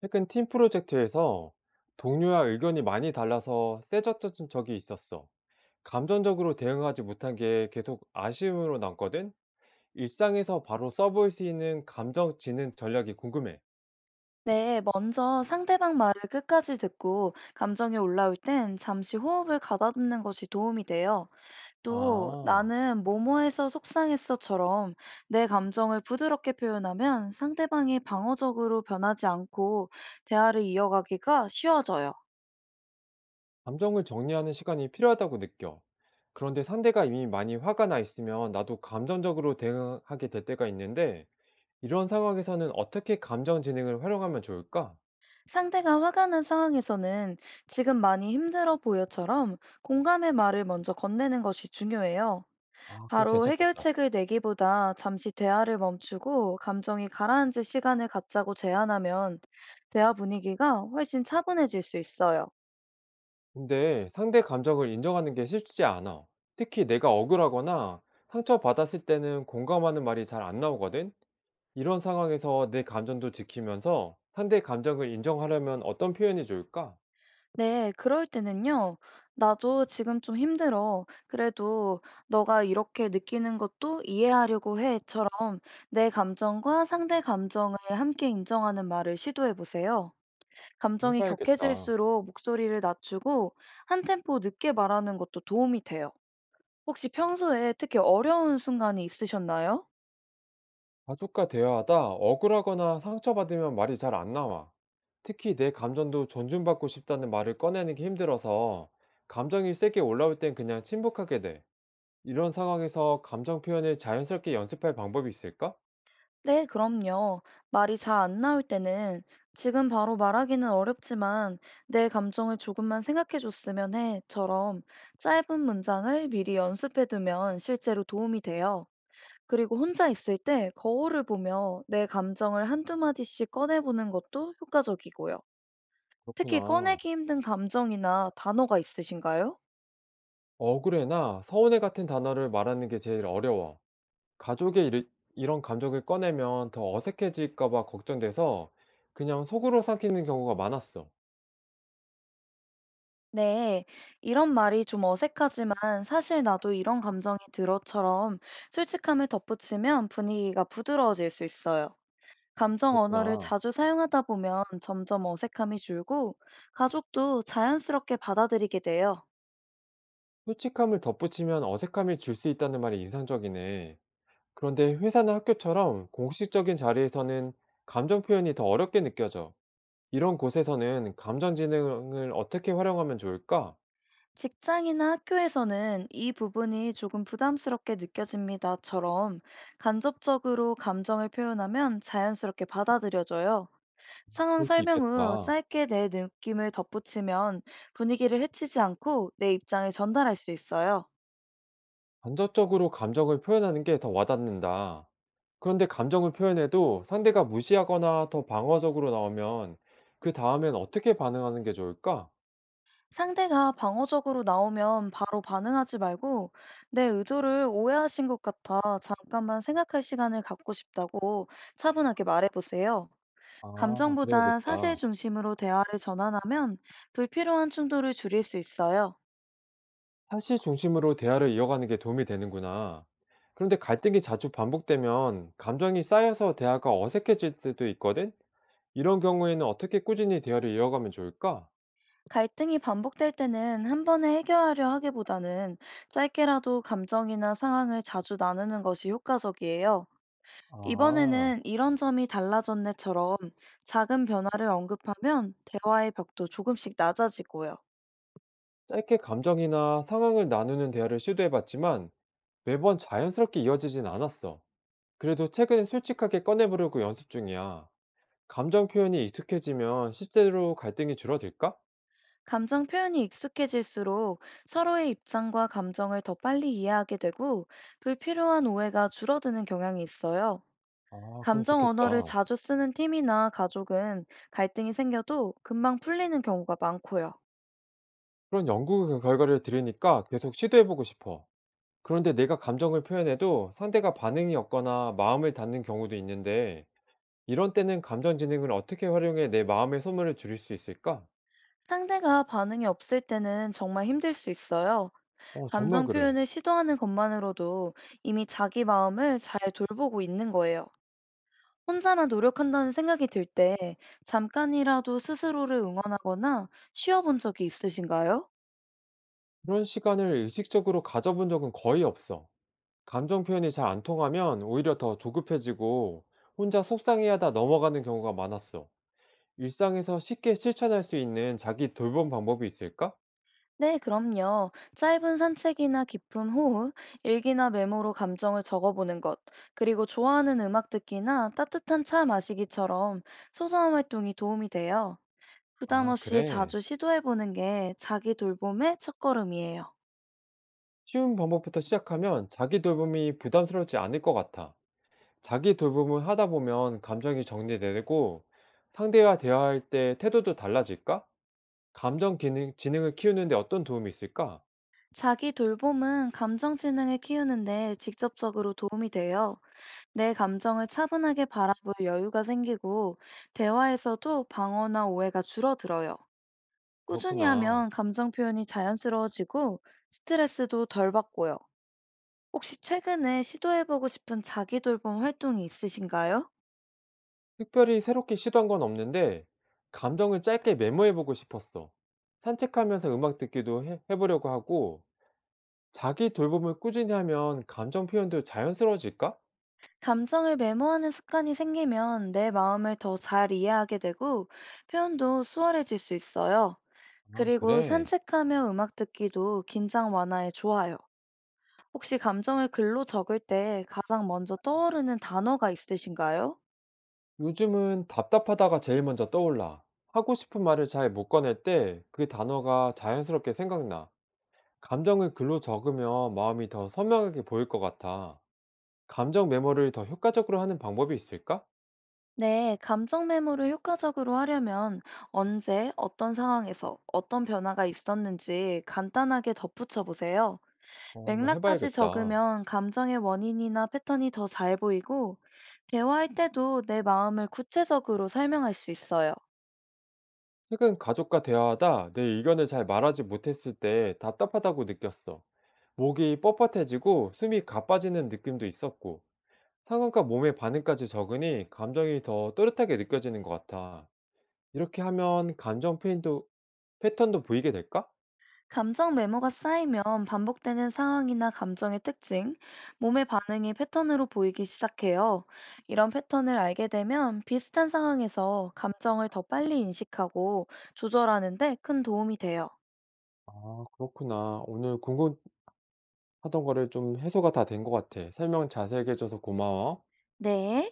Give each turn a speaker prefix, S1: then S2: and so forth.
S1: 최근 팀 프로젝트에서 동료와 의견이 많이 달라서 세졌던 적이 있었어. 감정적으로 대응하지 못한 게 계속 아쉬움으로 남거든? 일상에서 바로 써볼 수 있는 감정 지능 전략이 궁금해.
S2: 네, 먼저 상대방 말을 끝까지 듣고 감정이 올라올 땐 잠시 호흡을 가다듬는 것이 도움이 돼요. 또
S1: 아,
S2: 나는 뭐뭐해서 속상했어처럼 내 감정을 부드럽게 표현하면 상대방이 방어적으로 변하지 않고 대화를 이어가기가 쉬워져요.
S1: 감정을 정리하는 시간이 필요하다고 느껴. 그런데 상대가 이미 많이 화가 나 있으면 나도 감정적으로 대응하게 될 때가 있는데, 이런 상황에서는 어떻게 감정 지능을 활용하면 좋을까?
S2: 상대가 화가 난 상황에서는 지금 많이 힘들어 보여처럼 공감의 말을 먼저 건네는 것이 중요해요.
S1: 아, 그거
S2: 바로
S1: 괜찮겠다.
S2: 해결책을 내기보다 잠시 대화를 멈추고 감정이 가라앉을 시간을 갖자고 제안하면 대화 분위기가 훨씬 차분해질 수 있어요.
S1: 근데 상대 감정을 인정하는 게 쉽지 않아. 특히 내가 억울하거나 상처받았을 때는 공감하는 말이 잘 안 나오거든? 이런 상황에서 내 감정도 지키면서 상대 감정을 인정하려면 어떤 표현이 좋을까?
S2: 네, 그럴 때는요. 나도 지금 좀 힘들어. 그래도 너가 이렇게 느끼는 것도 이해하려고 해.처럼 내 감정과 상대 감정을 함께 인정하는 말을 시도해 보세요. 감정이
S1: 해봐야겠다.
S2: 격해질수록 목소리를 낮추고 한 템포 늦게 말하는 것도 도움이 돼요. 혹시 평소에 특히 어려운 순간이 있으셨나요?
S1: 가족과 대화하다 억울하거나 상처받으면 말이 잘 안 나와. 특히 내 감정도 존중받고 싶다는 말을 꺼내는 게 힘들어서 감정이 세게 올라올 땐 그냥 침묵하게 돼. 이런 상황에서 감정 표현을 자연스럽게 연습할 방법이 있을까?
S2: 네, 그럼요. 말이 잘 안 나올 때는 지금 바로 말하기는 어렵지만 내 감정을 조금만 생각해 줬으면 해처럼 짧은 문장을 미리 연습해 두면 실제로 도움이 돼요. 그리고 혼자 있을 때 거울을 보며 내 감정을 한두 마디씩 꺼내보는 것도 효과적이고요. 특히
S1: 그렇구나.
S2: 꺼내기 힘든 감정이나 단어가 있으신가요?
S1: 억울해나 서운해 같은 단어를 말하는 게 제일 어려워. 가족의 일- 이런 감정을 꺼내면 더 어색해질까 봐 걱정돼서 그냥 속으로 삼키는 경우가 많았어.
S2: 네, 이런 말이 좀 어색하지만 사실 나도 이런 감정이 들어처럼 솔직함을 덧붙이면 분위기가 부드러워질 수 있어요. 감정 언어를
S1: 그렇구나.
S2: 자주 사용하다 보면 점점 어색함이 줄고 가족도 자연스럽게 받아들이게 돼요.
S1: 솔직함을 덧붙이면 어색함이 줄 수 있다는 말이 인상적이네. 그런데 회사나 학교처럼 공식적인 자리에서는 감정 표현이 더 어렵게 느껴져. 이런 곳에서는 감정지능을 어떻게 활용하면 좋을까?
S2: 직장이나 학교에서는 이 부분이 조금 부담스럽게 느껴집니다처럼 간접적으로 감정을 표현하면 자연스럽게 받아들여져요. 상황
S1: 그럴 수
S2: 설명 후
S1: 있겠다.
S2: 짧게 내 느낌을 덧붙이면 분위기를 해치지 않고 내 입장을 전달할 수 있어요.
S1: 간접적으로 감정을 표현하는 게 더 와닿는다. 그런데 감정을 표현해도 상대가 무시하거나 더 방어적으로 나오면 그 다음엔 어떻게 반응하는 게 좋을까?
S2: 상대가 방어적으로 나오면 바로 반응하지 말고 내 의도를 오해하신 것 같아 잠깐만 생각할 시간을 갖고 싶다고 차분하게 말해보세요.
S1: 아,
S2: 감정보다 사실
S1: 그래야겠다.
S2: 중심으로 대화를 전환하면 불필요한 충돌을 줄일 수 있어요.
S1: 사실 중심으로 대화를 이어가는 게 도움이 되는구나. 그런데 갈등이 자주 반복되면 감정이 쌓여서 대화가 어색해질 때도 있거든? 이런 경우에는 어떻게 꾸준히 대화를 이어가면 좋을까?
S2: 갈등이 반복될 때는 한 번에 해결하려 하기보다는 짧게라도 감정이나 상황을 자주 나누는 것이 효과적이에요.
S1: 아,
S2: 이번에는 이런 점이 달라졌네처럼 작은 변화를 언급하면 대화의 벽도 조금씩 낮아지고요.
S1: 짧게 감정이나 상황을 나누는 대화를 시도해봤지만 매번 자연스럽게 이어지진 않았어. 그래도 최근에 솔직하게 꺼내보려고 연습 중이야. 감정 표현이 익숙해지면 실제로 갈등이 줄어들까?
S2: 감정 표현이 익숙해질수록 서로의 입장과 감정을 더 빨리 이해하게 되고 불필요한 오해가 줄어드는 경향이 있어요.
S1: 아, 그럼
S2: 감정
S1: 좋겠다.
S2: 언어를 자주 쓰는 팀이나 가족은 갈등이 생겨도 금방 풀리는 경우가 많고요.
S1: 그런 연구 결과를 들으니까 계속 시도해보고 싶어. 그런데 내가 감정을 표현해도 상대가 반응이 없거나 마음을 닫는 경우도 있는데, 이런 때는 감정지능을 어떻게 활용해 내 마음의 소문을 줄일 수 있을까?
S2: 상대가 반응이 없을 때는 정말 힘들 수 있어요.
S1: 어, 정말
S2: 감정
S1: 그래.
S2: 표현을 시도하는 것만으로도 이미 자기 마음을 잘 돌보고 있는 거예요. 혼자만 노력한다는 생각이 들 때 잠깐이라도 스스로를 응원하거나 쉬어본 적이 있으신가요?
S1: 그런 시간을 의식적으로 가져본 적은 거의 없어. 감정 표현이 잘 안 통하면 오히려 더 조급해지고 혼자 속상해하다 넘어가는 경우가 많았어. 일상에서 쉽게 실천할 수 있는 자기 돌봄 방법이 있을까?
S2: 네, 그럼요. 짧은 산책이나 깊은 호흡, 일기나 메모로 감정을 적어보는 것, 그리고 좋아하는 음악 듣기나 따뜻한 차 마시기처럼 소소한 활동이 도움이 돼요. 부담
S1: 아,
S2: 없이
S1: 그래.
S2: 자주 시도해 보는 게 자기 돌봄의 첫걸음이에요.
S1: 쉬운 방법부터 시작하면 자기 돌봄이 부담스럽지 않을 것 같아. 자기 돌봄을 하다 보면 감정이 정리되고 상대와 대화할 때 태도도 달라질까? 감정 기능, 지능을 키우는데 어떤 도움이 있을까?
S2: 자기 돌봄은 감정 지능을 키우는데 직접적으로 도움이 돼요. 내 감정을 차분하게 바라볼 여유가 생기고 대화에서도 방어나 오해가 줄어들어요. 꾸준히
S1: 그렇구나.
S2: 하면 감정 표현이 자연스러워지고 스트레스도 덜 받고요. 혹시 최근에 시도해 보고 싶은 자기 돌봄 활동이 있으신가요?
S1: 특별히 새롭게 시도한 건 없는데 감정을 짧게 메모해보고 싶었어. 산책하면서 음악 듣기도 해보려고 하고 자기 돌봄을 꾸준히 하면 감정 표현도 자연스러워질까?
S2: 감정을 메모하는 습관이 생기면 내 마음을 더 잘 이해하게 되고 표현도 수월해질 수 있어요.
S1: 아,
S2: 그리고
S1: 그래.
S2: 산책하며 음악 듣기도 긴장 완화에 좋아요. 혹시 감정을 글로 적을 때 가장 먼저 떠오르는 단어가 있으신가요?
S1: 요즘은 답답하다가 제일 먼저 떠올라. 하고 싶은 말을 잘 못 꺼낼 때 그 단어가 자연스럽게 생각나. 감정을 글로 적으면 마음이 더 선명하게 보일 것 같아. 감정 메모를 더 효과적으로 하는 방법이 있을까?
S2: 네, 감정 메모를 효과적으로 하려면 언제, 어떤 상황에서 어떤 변화가 있었는지 간단하게 덧붙여 보세요.
S1: 어, 한번
S2: 맥락까지
S1: 해봐야겠다.
S2: 적으면 감정의 원인이나 패턴이 더 잘 보이고, 대화할 때도 내 마음을 구체적으로 설명할 수 있어요.
S1: 최근 가족과 대화하다 내 의견을 잘 말하지 못했을 때 답답하다고 느꼈어. 목이 뻣뻣해지고 숨이 가빠지는 느낌도 있었고. 상황과 몸의 반응까지 적으니 감정이 더 또렷하게 느껴지는 것 같아. 이렇게 하면 감정 페인도, 패턴도 보이게 될까?
S2: 감정 메모가 쌓이면 반복되는 상황이나 감정의 특징, 몸의 반응이 패턴으로 보이기 시작해요. 이런 패턴을 알게 되면 비슷한 상황에서 감정을 더 빨리 인식하고 조절하는 데 큰 도움이 돼요.
S1: 아, 그렇구나. 오늘 궁금하던 거를 좀 해소가 다 된 것 같아. 설명 자세하게 해줘서 고마워.
S2: 네.